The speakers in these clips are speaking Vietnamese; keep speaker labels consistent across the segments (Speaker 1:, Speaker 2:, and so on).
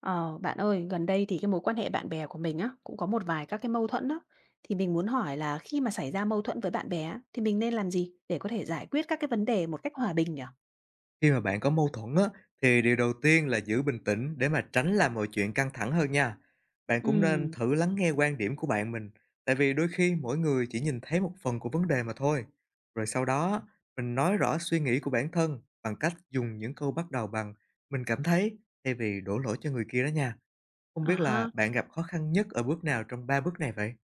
Speaker 1: Ờ, Bạn ơi, gần đây thì cái mối quan hệ bạn bè của mình á, cũng có một vài các cái mâu thuẫn đó. Thì mình muốn hỏi là khi mà xảy ra mâu thuẫn với bạn bè á, thì mình nên làm gì để có thể giải quyết các cái vấn đề một cách hòa bình nhỉ?
Speaker 2: Khi mà bạn có mâu thuẫn á, thì điều đầu tiên là giữ bình tĩnh để mà tránh làm mọi chuyện căng thẳng hơn nha. Bạn cũng nên
Speaker 1: Ừ.
Speaker 2: thử lắng nghe quan điểm của bạn mình, tại vì đôi khi mỗi người chỉ nhìn thấy một phần của vấn đề mà thôi. Rồi sau đó, mình nói rõ suy nghĩ của bản thân bằng cách dùng những câu bắt đầu bằng mình cảm thấy, thay vì đổ lỗi cho người kia đó nha. Không
Speaker 1: À
Speaker 2: biết là
Speaker 1: ha.
Speaker 2: bạn gặp khó khăn nhất ở bước nào trong ba bước này vậy?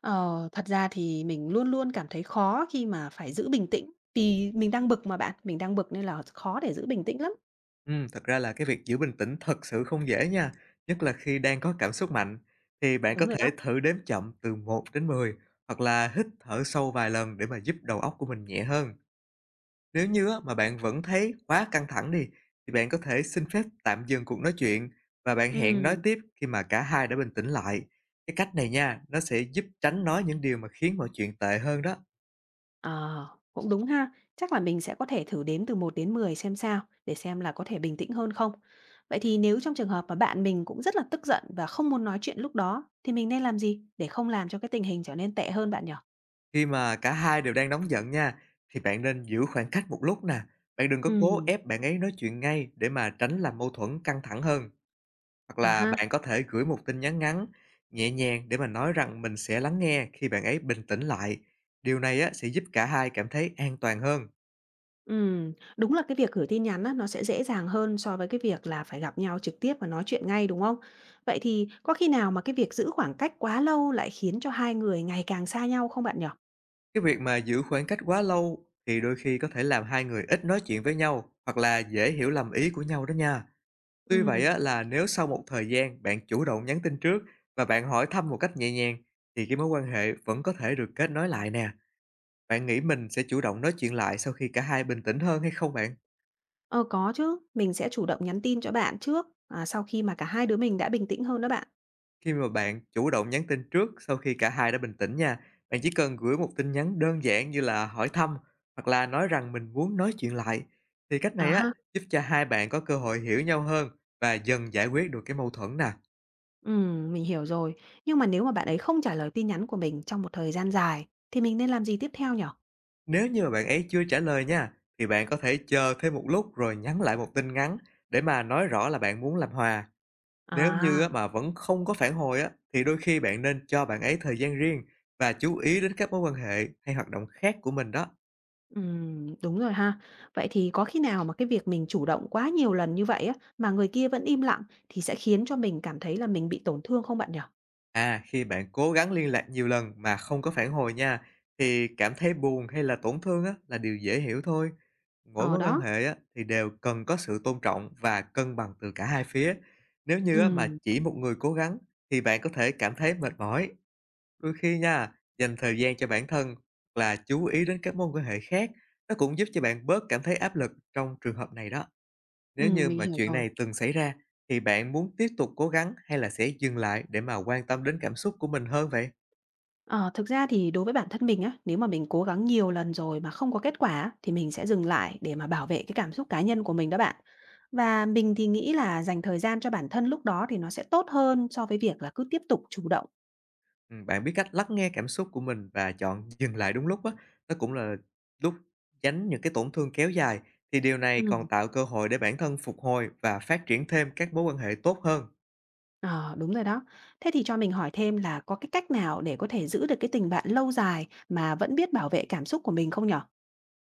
Speaker 1: Ờ, Thật ra thì mình luôn luôn cảm thấy khó khi mà phải giữ bình tĩnh. Vì mình đang bực nên là khó để giữ bình tĩnh lắm.
Speaker 2: Thật ra là cái việc giữ bình tĩnh thật sự không dễ nha, nhất là khi đang có cảm xúc mạnh. Thì bạn có
Speaker 1: Đúng rồi
Speaker 2: thể
Speaker 1: đó.
Speaker 2: thử đếm chậm từ 1 đến 10, hoặc là hít thở sâu vài lần để mà giúp đầu óc của mình nhẹ hơn. Nếu như á, mà bạn vẫn thấy quá căng thẳng đi, thì bạn có thể xin phép tạm dừng cuộc nói chuyện, và bạn hẹn nói
Speaker 1: Ừ.
Speaker 2: tiếp khi mà cả hai đã bình tĩnh lại. Cái cách này nha, nó sẽ giúp tránh nói những điều mà khiến mọi chuyện tệ hơn đó.
Speaker 1: Ờ, Cũng đúng ha. Chắc là mình sẽ có thể thử đếm từ một đến 10 xem sao, để xem là có thể bình tĩnh hơn không. Vậy thì nếu trong trường hợp mà bạn mình cũng rất là tức giận và không muốn nói chuyện lúc đó, thì mình nên làm gì để không làm cho cái tình hình trở nên tệ hơn bạn nhỉ?
Speaker 2: Khi mà cả hai đều đang nóng giận nha, thì bạn nên giữ khoảng cách một lúc nè. Bạn đừng có cố
Speaker 1: Ừm.
Speaker 2: ép bạn ấy nói chuyện ngay, để mà tránh làm mâu thuẫn căng thẳng hơn. Hoặc
Speaker 1: À
Speaker 2: là
Speaker 1: ha.
Speaker 2: bạn có thể gửi một tin nhắn ngắn, nhẹ nhàng, để mà nói rằng mình sẽ lắng nghe khi bạn ấy bình tĩnh lại. Điều này á, sẽ giúp cả hai cảm thấy an toàn hơn.
Speaker 1: Đúng là cái việc gửi tin nhắn á, nó sẽ dễ dàng hơn so với cái việc là phải gặp nhau trực tiếp và nói chuyện ngay đúng không? Vậy thì có khi nào mà cái việc giữ khoảng cách quá lâu lại khiến cho hai người ngày càng xa nhau không bạn nhỉ?
Speaker 2: Cái việc mà giữ khoảng cách quá lâu thì đôi khi có thể làm hai người ít nói chuyện với nhau, hoặc là dễ hiểu lầm ý của nhau đó nha. Tuy vậy
Speaker 1: Ừm.
Speaker 2: á, là nếu sau một thời gian bạn chủ động nhắn tin trước, và bạn hỏi thăm một cách nhẹ nhàng, thì cái mối quan hệ vẫn có thể được kết nối lại nè. Bạn nghĩ mình sẽ chủ động nói chuyện lại sau khi cả hai bình tĩnh hơn hay không bạn?
Speaker 1: Ờ, có chứ, mình sẽ chủ động nhắn tin cho bạn trước, à, sau khi mà cả hai đứa mình đã bình tĩnh hơn đó bạn.
Speaker 2: Khi mà bạn chủ động nhắn tin trước sau khi cả hai đã bình tĩnh nha, bạn chỉ cần gửi một tin nhắn đơn giản như là hỏi thăm, hoặc là nói rằng mình muốn nói chuyện lại. Thì cách
Speaker 1: À
Speaker 2: này á,
Speaker 1: ha.
Speaker 2: giúp cho hai bạn có cơ hội hiểu nhau hơn và dần giải quyết được cái mâu thuẫn nè.
Speaker 1: Ừm, mình hiểu rồi. Nhưng mà nếu mà bạn ấy không trả lời tin nhắn của mình trong một thời gian dài thì mình nên làm gì tiếp theo nhở?
Speaker 2: Nếu như mà bạn ấy chưa trả lời nha, thì bạn có thể chờ thêm một lúc rồi nhắn lại một tin ngắn, để mà nói rõ là bạn muốn làm hòa. Nếu
Speaker 1: À.
Speaker 2: như á, mà vẫn không có phản hồi á, thì đôi khi bạn nên cho bạn ấy thời gian riêng, và chú ý đến các mối quan hệ hay hoạt động khác của mình đó.
Speaker 1: Ừm, đúng rồi ha. Vậy thì có khi nào mà cái việc mình chủ động quá nhiều lần như vậy á, mà người kia vẫn im lặng thì sẽ khiến cho mình cảm thấy là mình bị tổn thương không bạn nhở?
Speaker 2: À, khi bạn cố gắng liên lạc nhiều lần mà không có phản hồi nha, thì cảm thấy buồn hay là tổn thương á, là điều dễ hiểu thôi. Mỗi
Speaker 1: Ờ,
Speaker 2: mối quan
Speaker 1: đó.
Speaker 2: hệ á, thì đều cần có sự tôn trọng và cân bằng từ cả hai phía. Nếu như á, mà
Speaker 1: Ừm,
Speaker 2: chỉ một người cố gắng, thì bạn có thể cảm thấy mệt mỏi. Đôi khi nha, dành thời gian cho bản thân hoặc là chú ý đến các mối quan hệ khác, nó cũng giúp cho bạn bớt cảm thấy áp lực trong trường hợp này đó. Nếu
Speaker 1: ừm,
Speaker 2: như
Speaker 1: mình
Speaker 2: mà
Speaker 1: hiểu
Speaker 2: chuyện
Speaker 1: rồi.
Speaker 2: này từng xảy ra, thì bạn muốn tiếp tục cố gắng, hay là sẽ dừng lại để mà quan tâm đến cảm xúc của mình hơn vậy?
Speaker 1: Ờ, Thực ra thì đối với bản thân mình á, nếu mà mình cố gắng nhiều lần rồi mà không có kết quả á, thì mình sẽ dừng lại để mà bảo vệ cái cảm xúc cá nhân của mình đó bạn. Và mình thì nghĩ là dành thời gian cho bản thân lúc đó thì nó sẽ tốt hơn so với việc là cứ tiếp tục chủ động.
Speaker 2: Bạn biết cách lắng nghe cảm xúc của mình và chọn dừng lại đúng lúc á, nó cũng là lúc tránh những cái tổn thương kéo dài, thì điều này
Speaker 1: Ừm.
Speaker 2: còn tạo cơ hội để bản thân phục hồi và phát triển thêm các mối quan hệ tốt hơn.
Speaker 1: Ờ, Đúng rồi đó. Thế thì cho mình hỏi thêm là có cái cách nào để có thể giữ được cái tình bạn lâu dài mà vẫn biết bảo vệ cảm xúc của mình không nhỉ?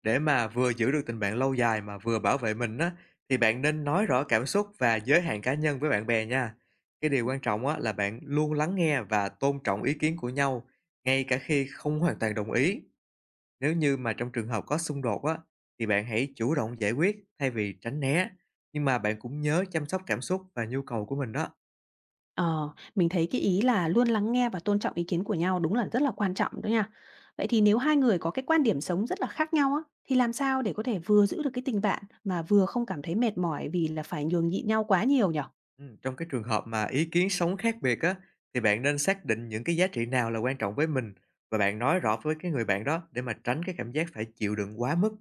Speaker 2: Để mà vừa giữ được tình bạn lâu dài mà vừa bảo vệ mình á, thì bạn nên nói rõ cảm xúc và giới hạn cá nhân với bạn bè nha. Cái điều quan trọng á, là bạn luôn lắng nghe và tôn trọng ý kiến của nhau, ngay cả khi không hoàn toàn đồng ý. Nếu như mà trong trường hợp có xung đột á, thì bạn hãy chủ động giải quyết thay vì tránh né. Nhưng mà bạn cũng nhớ chăm sóc cảm xúc và nhu cầu của mình đó.
Speaker 1: Ờ, mình thấy cái ý là luôn lắng nghe và tôn trọng ý kiến của nhau đúng là rất là quan trọng đó nha. Vậy thì nếu hai người có cái quan điểm sống rất là khác nhau á, thì làm sao để có thể vừa giữ được cái tình bạn mà vừa không cảm thấy mệt mỏi vì là phải nhường nhịn nhau quá nhiều nhỉ?
Speaker 2: Ừ, trong cái trường hợp mà ý kiến sống khác biệt á, thì bạn nên xác định những cái giá trị nào là quan trọng với mình, và bạn nói rõ với cái người bạn đó để mà tránh cái cảm giác phải chịu đựng quá mức.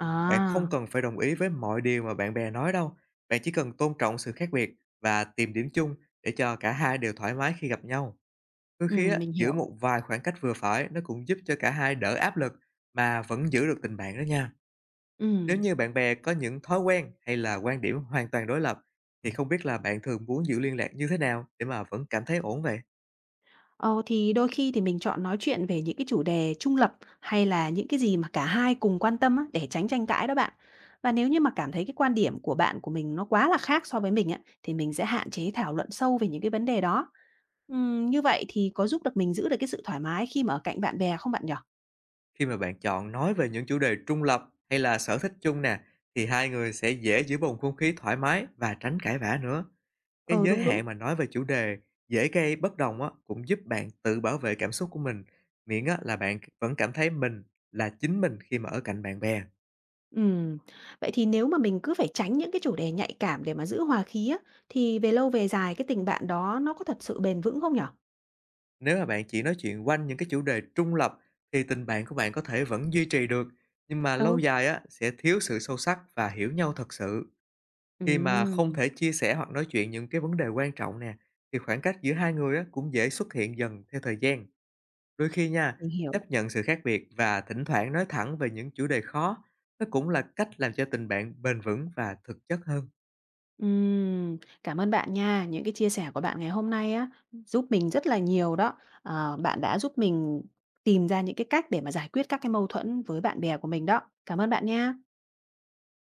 Speaker 2: Ừ, bạn không cần phải đồng ý với mọi điều mà bạn bè nói đâu. Bạn chỉ cần tôn trọng sự khác biệt và tìm điểm chung, để cho cả hai đều thoải mái khi gặp nhau. Đôi khi
Speaker 1: Ừm,
Speaker 2: á,
Speaker 1: mình
Speaker 2: giữ
Speaker 1: hiểu.
Speaker 2: một vài khoảng cách vừa phải, nó cũng giúp cho cả hai đỡ áp lực mà vẫn giữ được tình bạn đó nha. Nếu
Speaker 1: Ừm.
Speaker 2: như bạn bè có những thói quen hay là quan điểm hoàn toàn đối lập, thì không biết là bạn thường muốn giữ liên lạc như thế nào để mà vẫn cảm thấy ổn vậy?
Speaker 1: Ờ, thì đôi khi thì mình chọn nói chuyện về những cái chủ đề trung lập hay là những cái gì mà cả hai cùng quan tâm á, để tránh tranh cãi đó bạn. Và nếu như mà cảm thấy cái quan điểm của bạn của mình nó quá là khác so với mình á, thì mình sẽ hạn chế thảo luận sâu về những cái vấn đề đó. Như vậy thì có giúp được mình giữ được cái sự thoải mái khi mà ở cạnh bạn bè không bạn nhỉ?
Speaker 2: Khi mà bạn chọn nói về những chủ đề trung lập hay là sở thích chung nè, thì hai người sẽ dễ giữ bầu không khí thoải mái và tránh cãi vã nữa. Cái
Speaker 1: Ừ,
Speaker 2: giới
Speaker 1: đúng, đúng.
Speaker 2: hạn mà nói về chủ đề dễ gây bất đồng á, cũng giúp bạn tự bảo vệ cảm xúc của mình, miễn á là bạn vẫn cảm thấy mình là chính mình khi mà ở cạnh bạn bè.
Speaker 1: Ừm, vậy thì nếu mà mình cứ phải tránh những cái chủ đề nhạy cảm để mà giữ hòa khí á, thì về lâu về dài cái tình bạn đó nó có thật sự bền vững không nhỉ?
Speaker 2: Nếu mà bạn chỉ nói chuyện quanh những cái chủ đề trung lập, thì tình bạn của bạn có thể vẫn duy trì được, nhưng mà lâu
Speaker 1: Ừ.
Speaker 2: dài á, sẽ thiếu sự sâu sắc và hiểu nhau thật sự. Khi mà không
Speaker 1: Ừm,
Speaker 2: thể chia sẻ hoặc nói chuyện những cái vấn đề quan trọng nè, thì khoảng cách giữa hai người á, cũng dễ xuất hiện dần theo thời gian. Đôi khi nha,
Speaker 1: mình hiểu.
Speaker 2: chấp nhận sự khác biệt và thỉnh thoảng nói thẳng về những chủ đề khó, nó cũng là cách làm cho tình bạn bền vững và thực chất hơn.
Speaker 1: Ừm, cảm ơn bạn nha. Những cái chia sẻ của bạn ngày hôm nay á giúp mình rất là nhiều đó. Ờ, bạn đã giúp mình tìm ra những cái cách để mà giải quyết các cái mâu thuẫn với bạn bè của mình đó. Cảm ơn bạn nha.